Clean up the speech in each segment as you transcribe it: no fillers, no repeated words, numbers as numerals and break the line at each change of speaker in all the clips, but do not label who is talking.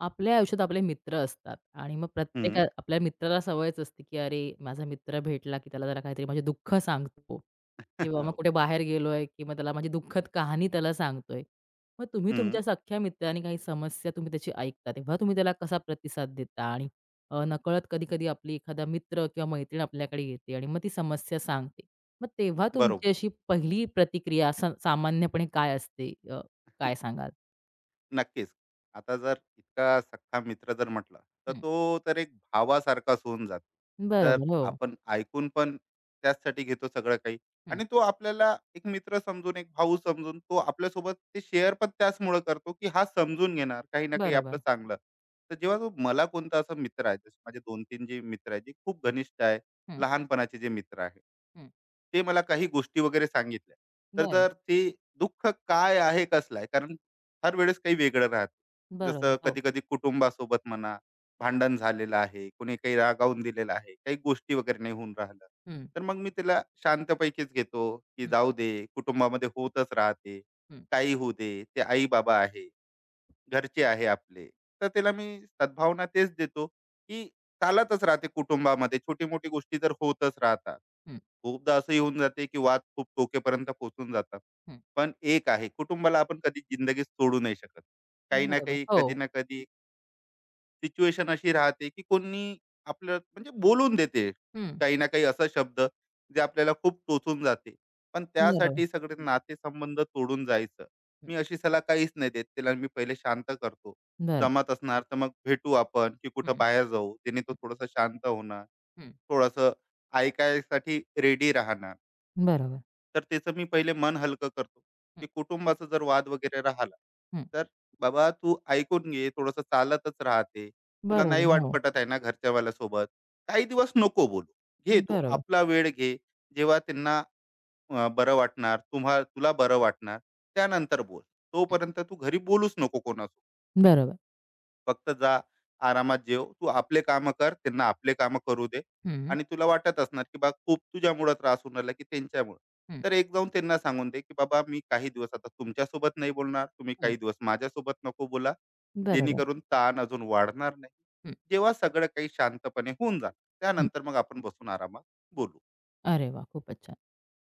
आपल्या आयुष्यात आपले मित्र असतात आणि मग प्रत्येक
हं.
आपल्या मित्राला सवयच असते, की अरे, माझा मित्र भेटला, की त्याला जरा काहीतरी माझे दुःख सांगतो किंवा मग
हो.
कुठे बाहेर गेलोय, की मग त्याला माझी दुःखद कहाणी त्याला सांगतोय. मग तुम्ही
हं,
तुमच्या सख्या मित्राने काही समस्या तुम्ही त्याची ऐकता, तेव्हा तुम्ही त्याला कसा प्रतिसाद देता? आणि नकळत कधी-कधी आपली एखादा मित्र किंवा मैत्रीण आपल्याकडे येते आणि मग ती समस्या सांगते. मग तेव्हा तुमची
बरोबर.
अशी पहिली प्रतिक्रिया सामान्यपणे काय असते? काय सांगाल?
नक्कीच. आता जर इतका सख्खा मित्र जर म्हटला, तर
हं.
तो तर एक भावासारखाच होऊन जातो. तर
बरोबर. हो.
आपण ऐकून पण त्याचसाठी घेतो सगळं काही.
हं.
आणि तो आपल्याला एक मित्र समजून, एक भाऊ समजून तो आपल्यासोबत ते शेअर पण त्याचमुळं करतो, की हा समजून घेणार काही ना काही आपलं
बरोबर.
चांगलं. तर जेव्हा तो मला कोणता असा मित्र आहे, जसे माझे 2-3 जे मित्र आहेत, जे खूप घनिष्ठ आहे,
हं,
लहानपणाचे जे मित्र आहे.
हं.
ते मला काही गोष्टी वगैरे सांगितल्या, तर
बरं.
जर ते दुःख काय आहे, कसलं आहे? कारण हर वेळेस काही वेगळं राहते.
बरोबर.
जसं
हो.
कधी-कधी कुटुंबासोबत म्हणा, भांडण झालेलं आहे, कोणी काही रागावून दिलेलं आहे, काही गोष्टी वगैरे नाही होऊन राहिल्या.
हं,
तर मग मी त्याला शांतपैकीच घेतो, की
हं,
जाऊ दे, कुटुंबामध्ये होतच राहते.
हं,
काही होऊ दे, ते आई-बाबा आहे. घरचे आहे आपले. तर त्याला मी सद्भावना तेच देतो, की चालतच राहते कुटुंबामध्ये छोटी-मोठी गोष्टी तर होतच राहतात.
हं,
खूपदा असंही होऊन जाते, की वाद खूप टोकेपर्यंत पोहोचून जातात.
हं.
पण एक आहे कुटुंबाला आपण कधी जिंदगीत सोडू नाही शकत. काही ना
बरोबर.
काही,
हो.
कधी ना कधी सिच्युएशन अशी राहते, की कोणी आपलं म्हणजे बोलून देते
हं.
काही ना काही असा शब्द, जे आपल्याला खूप टोचून जाते. पण
बरोबर.
त्यासाठी सगळे नातेसंबंध तोडून जायचं.
हं.
मी अशी सलाह काहीच नाही देत. त्याला मी पहिले शांत करतो.
बरं.
जमत असणार तर मग भेटू आपण, की
हं,
कुठं
हं,
बाहेर जाऊ. त्याने तो थोडासा शांत होणार,
हं.
थोडंसं ऐकायसाठी रेडी राहणार.
बरोबर.
तर त्याचं मी पहिले मन हलकं करतो,
हं,
की कुटुंबाचा जर वाद वगैरे राहिला,
हं.
तर "बाबा तू ऐकून घे, थोडंसं चालतच राहते. तुला नाही
बरोबर.
वाट
हो.
पटत आहे ना घरच्यावाल्यासोबत, काही दिवस नको बोलू. घे तू
बरोबर.
आपला वेळ घे. जेव्हा त्यांना बरं वाटणार, तुला बरं वाटणार, त्यानंतर बोल.
हं.
तोपर्यंत तू घरी बोलूच नको कोणासोबत."
बरोबर.
फक्त जा, आरामात जेव. तू आपले कामं कर, त्यांना आपले कामं करू दे.
हं, हं,
आणि तुला वाटत असणार, की बा खूप तुझ्यामुळं त्रास होऊन राहिला, की त्यांच्यामुळं. तर एक जाऊन त्यांना सांगून दे, की बाबा मी काही दिवस आता तुमच्यासोबत नाही बोलणार. तुम्ही
हं.
काही दिवस माझ्यासोबत नको बोला.
बरोबर.
जेणेकरून ताण अजून वाढणार नाही.
हं,
जेव्हा सगळं काही शांतपणे होऊन जाणार,
हं.
त्यानंतर मग आपण बसून आरामात बोलू.
अरे वाह! खूपच छान.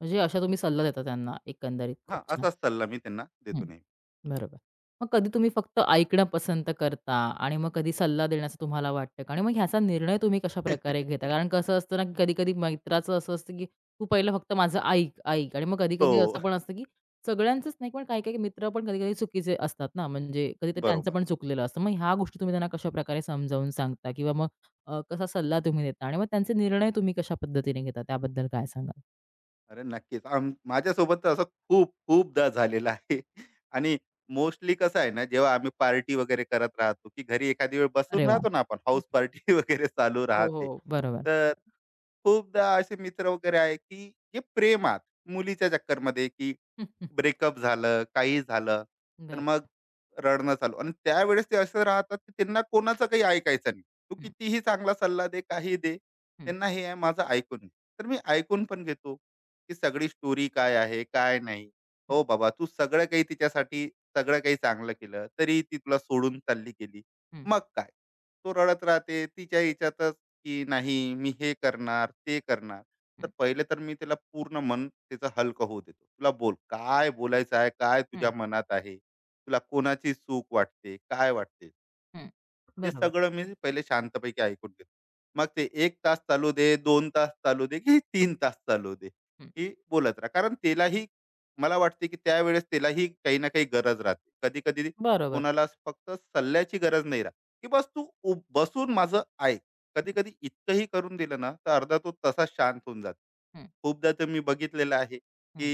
म्हणजे अशा तुम्ही सल्ला
हं.
देता त्यांना एकंदरीत. खूप छान.
असाच सल्ला मी त्यांना देतो
हं.
नेहमी.
बरोबर. मग कधी तुम्ही फक्त ऐकणं पसंत करता आणि मग कधी सल्ला देण्याचं तुम्हाला वाटतं का? आणि मग ह्याचा निर्णय तुम्ही कशाप्रकारे घेता? कारण कसं असतं ना, कधी-कधी मित्राचं असं असतं, की "तू पहिलं फक्त माझं ऐक, ऐक." आणि मग कधी-कधी
हो,
असं पण असतं, की सगळ्यांचंच नाही, पण काही-काही मित्र पण कधी-कधी चुकीचे असतात ना, म्हणजे कधीतरी त्यांचं
बरोबर.
पण चुकलेलं असतं. मग ह्या गोष्टी तुम्ही त्यांना कशाप्रकारे समजावून सांगता किंवा मग कसा सल्ला तुम्ही देता आणि मग त्यांचे निर्णय तुम्ही कशा पद्धतीने घेता? त्याबद्दल काय सांगाल?
अरे नक्कीच. माझ्यासोबत तर असं खूप खूपदा झालेलं आहे. आणि मोस्टली कसं आहे ना, जेव्हा आम्ही पार्टी वगैरे करत राहतो, की घरी एखादी वेळ
अरे
बसून
वाह!
राहतो ना आपण,
हं.
हाऊस पार्टी वगैरे चालू
हो,
राहते.
हो. बरोबर.
तर खूपदा असे मित्र वगैरे आहे, की जे प्रेमात मुलीच्या चक्करमध्ये, की
हं, हं.
ब्रेकअप झालं, काही झालं, तर
बरं.
मग रडणं चालू आणि त्यावेळेस ते असं राहतात, की त्यांना कोणाचं काही ऐकायचं नाही. तू
हं,
कितीही चांगला सल्ला दे, काही दे,
हं,
त्यांना हे आहे माझं ऐकून घे. तर मी ऐकून पण घेतो. की सगळी स्टोरी काय आहे, काय नाही.
हं,
हो बाबा, तू सगळं काही तिच्यासाठी सगळं काही चांगलं केलं, तरी ती तुला सोडून चालली गेली.
हं.
मग काय? तो रडत राहते तिच्या ह्याच्यातच, की नाही मी हे करणार, ते करणार. तर
हं,
पहिले तर मी तिला पूर्ण मन तिचं हलकं होऊ देतो. तुला बोल, काय बोलायचं आहे? काय
हं,
तुझ्या मनात आहे? तुला कोणाची चूक वाटते? काय वाटते?
हं.
ते
बरोबर.
सगळं मी पहिले शांतपैकी ऐकून घेतो. मग ते 1 तास चालू दे, 2 तास चालू दे, की 3 तास चालू दे,
हं.
की बोलत राहा. कारण त्यालाही मला वाटते, की त्यावेळेस त्यालाही काही ना काही गरज राहते. कधी-कधी
बरोबर.
कोणाला फक्त सल्ल्याची गरज नाही राहत, की बस तू उभ बसून माझं ऐक. कधी-कधी इतकंही करून दिलं ना, तर अर्धा तो तसा शांत होऊन जातो.
हं,
खूपदा तर मी बघितलेलं आहे,
हं,
की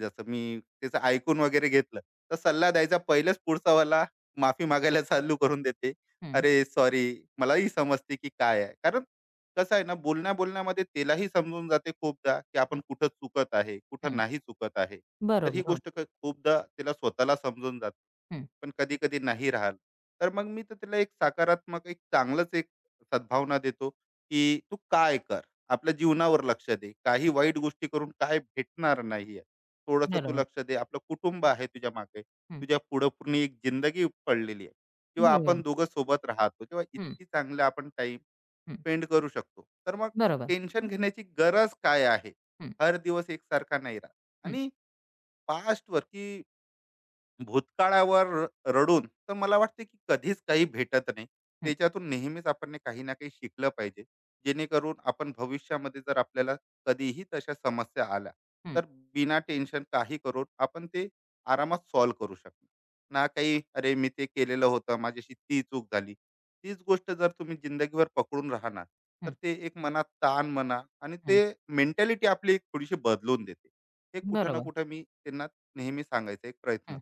जसं मी त्याचं ऐकून वगैरे घेतलं, तर सल्ला द्यायचा पहिलेच पुढचावाला माफी मागायला चालू करून देते.
हं,
"अरे सॉरी, मलाही समजते की काय आहे." कारण कसं आहे ना, बोलण्या-बोलण्यामध्ये त्यालाही समजून जाते खूपदा, की
हं,
आपण कुठं चुकत आहे, कुठं
हं.
नाही चुकत आहे. तर ही
बरोबर. हो.
गोष्ट खूपदा त्याला स्वतःला समजून जाते.
हं.
पण कधी-कधी नाही राहिलं, तर मग मी तर त्याला एक सकारात्मक, एक चांगलंच एक सद्भावना देतो, की "तू काय कर, आपल्या जीवनावर लक्ष दे. काही वाईट गोष्टी करून काय भेटणार नाही. थोडंसं तू
बरोबर.
लक्ष दे, आपलं कुटुंब आहे तुझ्या मागे,
हं.
तुझ्या पुढं पूर्ण एक जिंदगी पडलेली आहे, किंवा आपण
बरोबर.
दोघं सोबत राहतो, किंवा
हं,
इतकी चांगलं आपण टाइम
हं.
स्पेंड करू शकतो, तर मग
बरोबर.
टेन्शन घेण्याची गरज काय आहे.
हं,
हर दिवस एकसारखा नाही राहत.
हं,
आणि पास्टवर की भूतकाळावर रडून तर मला वाटते की कधीच काही भेटत नाही.
हं,
त्याच्यातून नेहमीच आपण ने काही ना काही शिकलं पाहिजे, जेणेकरून आपण भविष्यामध्ये जर आपल्याला कधीही तशा समस्या आल्या,
हं,
तर बिना टेन्शन काही करून आपण ते आरामात सॉल्व्ह करू शकणार. ना काही अरे मी ते केलेलं होतं माझ्याशी ती चूक झाली, तीच गोष्ट जर तुम्ही जिंदगीभर पकडून राहणार, तर
हं,
ते एक मनात ताण म्हणा, आणि
हं.
ते मेंटॅलिटी आपली एक थोडीशी बदलून देते. हे कुठं ना
बरोबर.
कुठं मी त्यांना नेहमी सांगायचा एक प्रयत्न.
हं.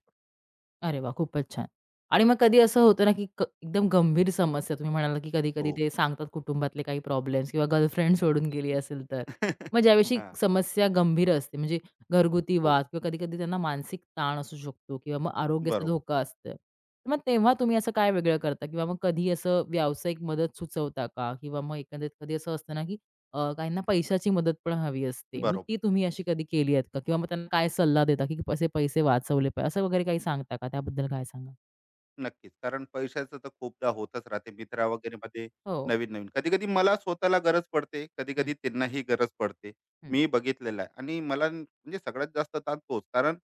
अरे वा, खूपच छान. आणि मग कधी असं होतं ना, की एकदम गंभीर समस्या तुम्ही म्हणालात, की कधी-कधी
हो.
ते सांगतात कुटुंबातले काही प्रॉब्लेम्स किंवा गर्लफ्रेंड सोडून गेली असेल तर. मग ज्यावेळी
हां.
समस्या गंभीर असते म्हणजे घरगुती
हो.
वाद किंवा कधी-कधी त्यांना मानसिक ताण असू शकतो किंवा मग आरोग्याचा
बरोबर,
धोका असतं. तर मग तेव्हा तुम्ही असं काय वेगळं करता? किंवा मग कधी असं व्यावसायिक मदत सुचवता का? किंवा मग एकंदरीत कधी असं असतं ना, की काहींना पैशाची मदत पण हवी असते. मग
बरोबर.
ती तुम्ही अशी कधी केली आहेत का? किंवा मग त्यांना काय सल्ला देता, की असे पैसे वाचवले पाहिजे असं वगैरे काही सांगता का? त्याबद्दल काय सांगाल?
नक्कीच. कारण पैशाचं तर खूपदा होतच राहते मित्रा वगैरेमध्ये
हो.
नवीन-नवीन. कधी-कधी मला स्वतःला गरज पडते,
हं,
कधी-कधी त्यांनाही गरज पडते.
हं.
मी बघितलेलं आहे आणि मला म्हणजे सगळ्यात जास्त ताण तोच. कारण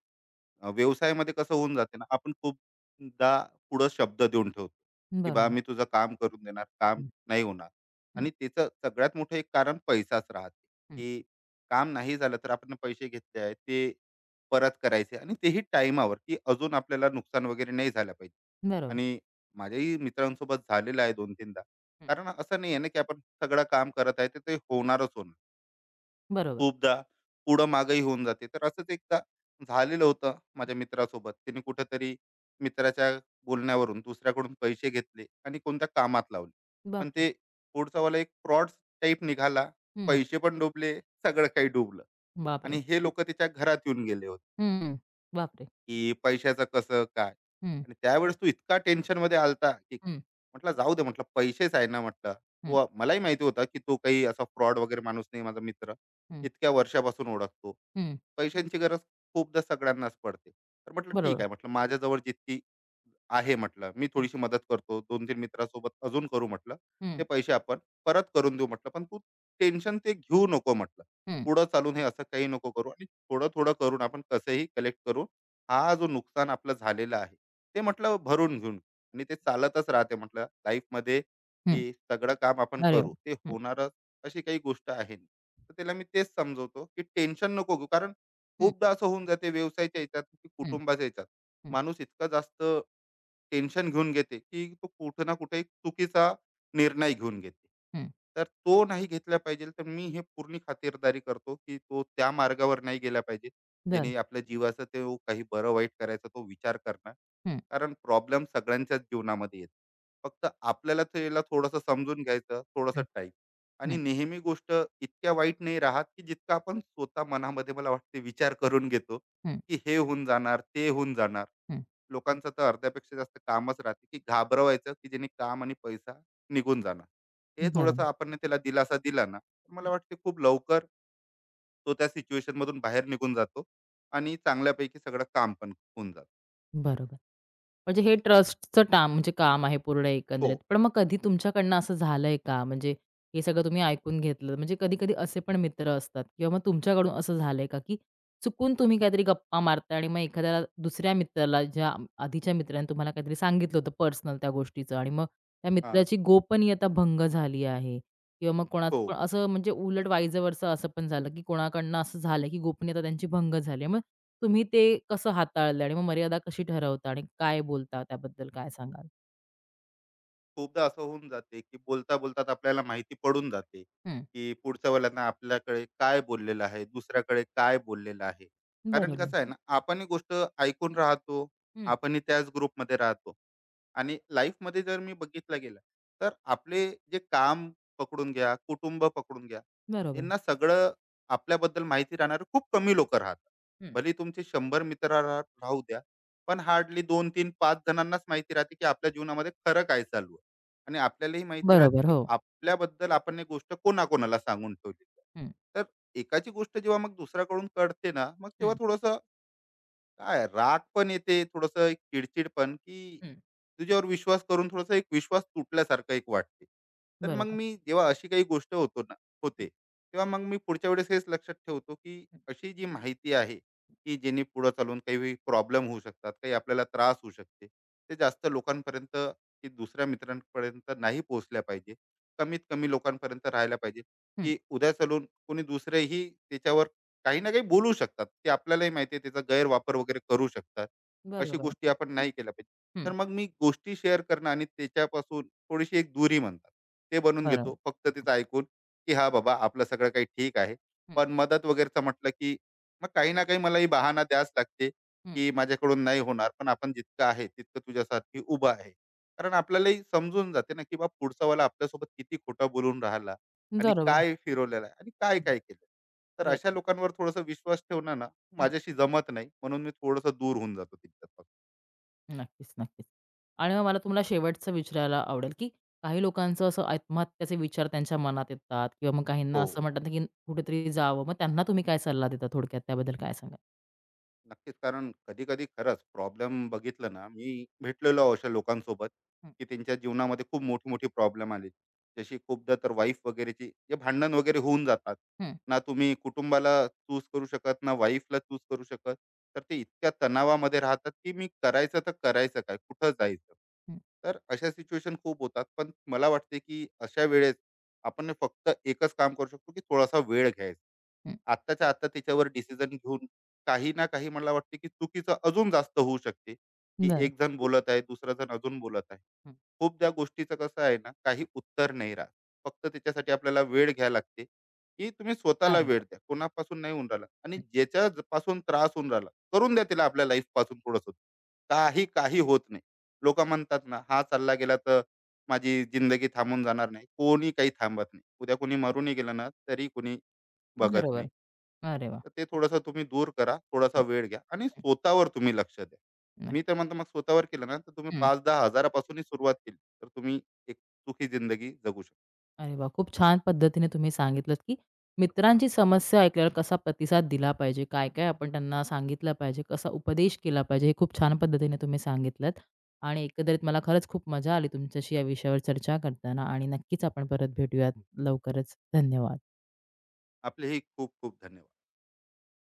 व्यवसायामध्ये कसं होऊन जाते ना, आपण खूपदा पुढं शब्द देऊन ठेवतो, की "बा
बरोबर.
मी तुझं काम करून देणार." काम
हं,
नाही होणार,
हं,
आणि त्याचं सगळ्यात मोठं एक कारण पैसाच राहते,
हं.
की काम नाही झालं तर आपण पैसे घेतले आहे, ते परत करायचे आणि तेही टाईमावर, की अजून आपल्याला नुकसान वगैरे नाही झालं पाहिजे.
बरोबर.
आणि माझ्याही मित्रांसोबत झालेलं आहे 2-3दा.
हं.
कारण असं नाही आहे ना, की आपण सगळं काम करत आहे, तर ते होणारच होणार.
बरोबर.
खूपदा पुढं मागंही होऊन जाते. तर असंच एकदा झालेलं होतं माझ्या मित्रासोबत. त्याने कुठेतरी मित्राच्या बोलण्यावरून दुसऱ्याकडून पैसे घेतले आणि कोणत्या कामात लावले. पण
बापरे!
ते पुढचावाला एक फ्रॉड टाइप निघाला.
हं,
पैसे पण डुबले, सगळं काही डुबलं,
बापरे!
आणि हे लोकं त्याच्या घरात येऊन गेले होते.
हं. बापरे!
की पैशाचं कसं काय?
हं.
आणि त्यावेळेस तू इतका टेन्शनमध्ये आलता, की काय.
हं,
म्हटलं जाऊ दे म्हटलं पैसेच आहे ना म्हटलं.
हं,
तो मलाही माहिती होता, की तो काही असा फ्रॉड वगैरे माणूस नाही माझा मित्र.
हं.
इतक्या वर्षापासून ओळखतो.
हं,
पैशांची गरज खूपदा सगळ्यांनाच पडते. तर म्हटलं ठीक
बरोबर.
आहे म्हटलं माझ्याजवळ जितकी आहे म्हटलं, मी
हं,
थोडीशी मदत करतो. 2-3 मित्रासोबत अजून करू म्हटलं.
हं,
ते पैसे आपण परत करून देऊ म्हटलं. पण तू टेन्शन ते घेऊ नको म्हटलं.
हं,
पुढं चालून हे असं काही नको करू, आणि थोडं-थोडं करून आपण कसंही कलेक्ट करून हा जो नुकसान आपलं झालेलं आहे ते म्हटलं भरून घेऊन घेऊ. आणि ते चालतच राहते म्हटलं लाईफमध्ये
हं.
की सगळं काम आपण
अरे
करू ते
वाह! हं,
होणारच. अशी काही गोष्ट आहे नाही. तर त्याला मी तेच समजवतो की टेन्शन नको घेऊ, कारण
हं,
खूपदा असं होऊन जाते व्यवसायाच्या याच्यात की
हं,
कुटुंबाच्या याच्यात
हं,
माणूस इतका जास्त टेन्शन घेऊन घेते, की तो कुठे ना कुठे एक चुकीचा निर्णय घेऊन घेते.
हं.
तर तो नाही घेतला पाहिजे. तर मी हे पूर्ण खातिरदारी करतो, की तो त्या मार्गावर नाही गेला पाहिजे.
बरं.
ज्याने आपल्या जीवाचं ते काही बरं वाईट करायचा तो विचार करणार.
हं,
कारण प्रॉब्लेम सगळ्यांच्याच जीवनामध्ये येतो. फक्त आपल्याला त्याला थोडंसं समजून घ्यायचं, थोडंसं
हं,
टाईम. आणि
हं,
नेहमी गोष्ट इतक्या वाईट नाही राहत, की जितका आपण स्वतः मनामध्ये मला वाटते विचार करून घेतो,
हं,
की हे होऊन जाणार, ते होऊन जाणार.
हं.
लोकांचं तर अर्ध्यापेक्षा जास्त कामच राहते की घाबरवायचं की जेणे काम आणि पैसा निघून जाणार. हे थोडंसं
बरोबर,
आपण ना त्याला दिलासा दिला ना, तर मला वाटते खूप लवकर तो त्या सिच्युएशन मधून बाहेर निघून जातो, आणि चांगल्यापैकी सगळं काम पण होऊन जात.
बरोबर. म्हणजे हे ट्रस्टचं म्हणजे काम आहे पूर्ण
हो.
एकंदरीत. पण मग कधी तुमच्याकडनं असं झालंय का? म्हणजे हे सगळं तुम्ही ऐकून घेतलं. म्हणजे कधी-कधी असे पण मित्र असतात किंवा मग तुमच्याकडून असं झालंय का, की चुकून तुम्ही काहीतरी गप्पा मारताय आणि मग एखाद्याला दुसऱ्या मित्राला ज्या आधीच्या मित्राने तुम्हाला काहीतरी सांगितलं होतं पर्सनल त्या गोष्टीचं आणि मग त्या
हा.
मित्राची गोपनीयता भंग झाली आहे. किंवा मग कोणाचं
हो.
पण असं म्हणजे उलट वाईजवरचं असं पण झालं, की कोणाकडनं असं झालं, की गोपनीयता त्यांची भंग झाली. मग तुम्ही ते कसं हाताळलं आणि मग मर्यादा कशी ठरवता आणि काय बोलता त्याबद्दल काय सांगाल?
खूपदा असं होऊन जाते की बोलता बोलतात आपल्याला माहिती पडून जाते
हं.
की पुढच्या वेळेला आपल्याकडे काय बोललेलं आहे, दुसऱ्याकडे काय बोललेलं आहे. कारण
बरोबर.
कसं आहे ना आपणही गोष्ट ऐकून राहतो,
हं.
आपणही त्याच ग्रुपमध्ये राहतो. आणि लाईफमध्ये जर मी बघितलं गेलं, तर आपले जे काम पकडून घ्या, कुटुंब पकडून घ्या,
बरोबर.
यांना सगळं आपल्याबद्दल माहिती राहणार खूप कमी लोक राहतात.
हं.
भले तुमचे 100 मित्र राहू द्या, पण हार्डली दोन तीन पाच जणांनाच माहिती राहते की आपल्या जीवनामध्ये खरं काय चालू आहे. आणि आपल्यालाही माहिती राहते
बरोबर.
की
हो.
आपल्याबद्दल आपण एक गोष्ट कोणाकोणाला सांगून ठेवली.
हं,
तर एकाची गोष्ट जेव्हा मग दुसऱ्याकडून कळते ना, मग तेव्हा
हं,
थोडस काय राग पण येते, थोडंसं एक चिडचिड पण, की
हं.
तुझ्यावर विश्वास करून थोडासा एक विश्वास तुटल्यासारखं एक वाटते. तर मग
बरोबर.
मी जेव्हा अशी काही गोष्ट होतो ना होते,
हं,
तेव्हा मग मी पुढच्या वेळेस हेच लक्षात ठेवतो, की
हं,
अशी जी माहिती आहे, की जेणे पुढे चालून काही प्रॉब्लेम होऊ शकतात, काही आपल्याला त्रास होऊ शकते. ते जास्त लोकांपर्यंत, की दुसऱ्या मित्रांपर्यंत नाही पोहोचल्या पाहिजे. कमीत कमी लोकांपर्यंत राहायला पाहिजे,
हं.
की उद्या चालून कोणी दुसरेही त्याच्यावर काही ना काही बोलू शकतात, ते आपल्यालाही माहिती आहे त्याचा गैरवापर वगैरे करू शकतात. अशी
बरोबर.
गोष्टी आपण नाही केल्या पाहिजे.
हं.
तर मग मी गोष्टी शेअर करणं आणि त्याच्यापासून थोडीशी एक दुरी म्हणतात, ते बनवून
बरोबर.
घेतो. फक्त तिचं ऐकून, की हा बाबा, आपलं सगळं काही ठीक आहे."
हं,
पण मदत वगैरेचं म्हटलं, की मग काही ना काही मलाही बहाणा द्यावाच लागते,
हं.
की माझ्याकडून नाही होणार, पण आपण जितकं आहे तितकं तुझ्यासाठी उभं आहे. कारण आपल्यालाही समजून जाते ना, की बा पुढचावाला आपल्यासोबत किती खोटं बोलून राहिला आणि
बरोबर.
काय फिरवलेलं आहे आणि
हं,
काय-काय केलं. तर अशा
बरोबर.
लोकांवर थोडासा विश्वास ठेवणं ना, माझ्याशी जमत नाही म्हणून मी थोडंसं दूर होऊन जातो तिथपासून.
नक्कीच. आणि मग मला तुम्हाला शेवटचं विचारायला आवडेल, की काही लोकांचं असं आत्महत्याचे विचार त्यांच्या मनात येतात किंवा मग काहींना
हो.
असं म्हणतात की कुठेतरी जावं. मग त्यांना तुम्ही काय सल्ला देता थोडक्यात त्याबद्दल काय सांगाल?
नक्कीच. कारण कधी कधी खरंच प्रॉब्लेम बघितलं ना, मी भेटलेलो आहे अशा लोकांसोबत,
हं,
की त्यांच्या जीवनामध्ये खूप मोठी-मोठी प्रॉब्लेम आली. जशी खूपदा तर वाईफ वगैरेची जे भांडण वगैरे होऊन जातात.
हं,
ना तुम्ही कुटुंबाला चूज करू शकत, ना वाईफला चूज करू शकत. तर ते इतक्या तणावामध्ये राहतात, की मी करायचं तर करायचं काय? कुठं जायचं?
हं,
तर अशा सिच्युएशन खूप होतात. पण मला वाटते, की अशा वेळेस आपण फक्त एकच काम करू शकतो, की थोडासा वेळ घ्यायचा.
हं.
आत्ताच्या आत्ता त्याच्यावर डिसिजन घेऊन काही ना काही मला वाटते की चुकीचं अजून जास्त होऊ शकते, की
बरं.
एक जण बोलत आहे, दुसरा जण अजून बोलत आहे.
हं.
खूपदा गोष्टीचं कसं आहे ना, काही उत्तर नाही राहत. फक्त त्याच्यासाठी आपल्याला वेळ घ्यायला लागते, की तुम्ही स्वतःला
अरे
वेळ
वाह!
द्या. कोणापासून नाही होऊन राहिला आणि
हं.
ज्याच्यापासून त्रास होऊन राहिला, करून द्या त्याला आपल्या लाईफपासून थोडंसं. काही, काही होत नाही. लोकं म्हणतात ना, हा चालला गेला तर माझी जिंदगी थांबून जाणार नाही. कोणी काही थांबत नाही. उद्या कोणी मरूनही गेलं ना, तरी कोणी बघत
बरोबर.
नाही.
अरे वाह!
तर ते थोडंसं तुम्ही दूर करा, थोडासा
हं,
वेळ घ्या आणि
हं.
स्वतःवर तुम्ही लक्ष द्या. मी
नक्की.
तर म्हणतो मग स्वतःवर केलं ना, तर तुम्ही 5-10 हजारापासूनही सुरुवात केली, तर तुम्ही एक सुखी जिंदगी जगू शकता.
अरे वाह! खूप छान पद्धतीने तुम्ही सांगितलत, की मित्रांची समस्या ऐकल्यावर कसा प्रतिसाद दिला पाहिजे, काय-काय आपण त्यांना सांगितलं पाहिजे, कसा उपदेश केला पाहिजे, हे खूप छान पद्धतीने तुम्ही सांगितलत. आणि एकंदरीत मला खरंच खूप मजा आली तुमच्याशी या विषयावर चर्चा करताना आणि नक्कीच आपण परत भेटूयात लवकरच. धन्यवाद.
आपले ही खूप खूप धन्यवाद.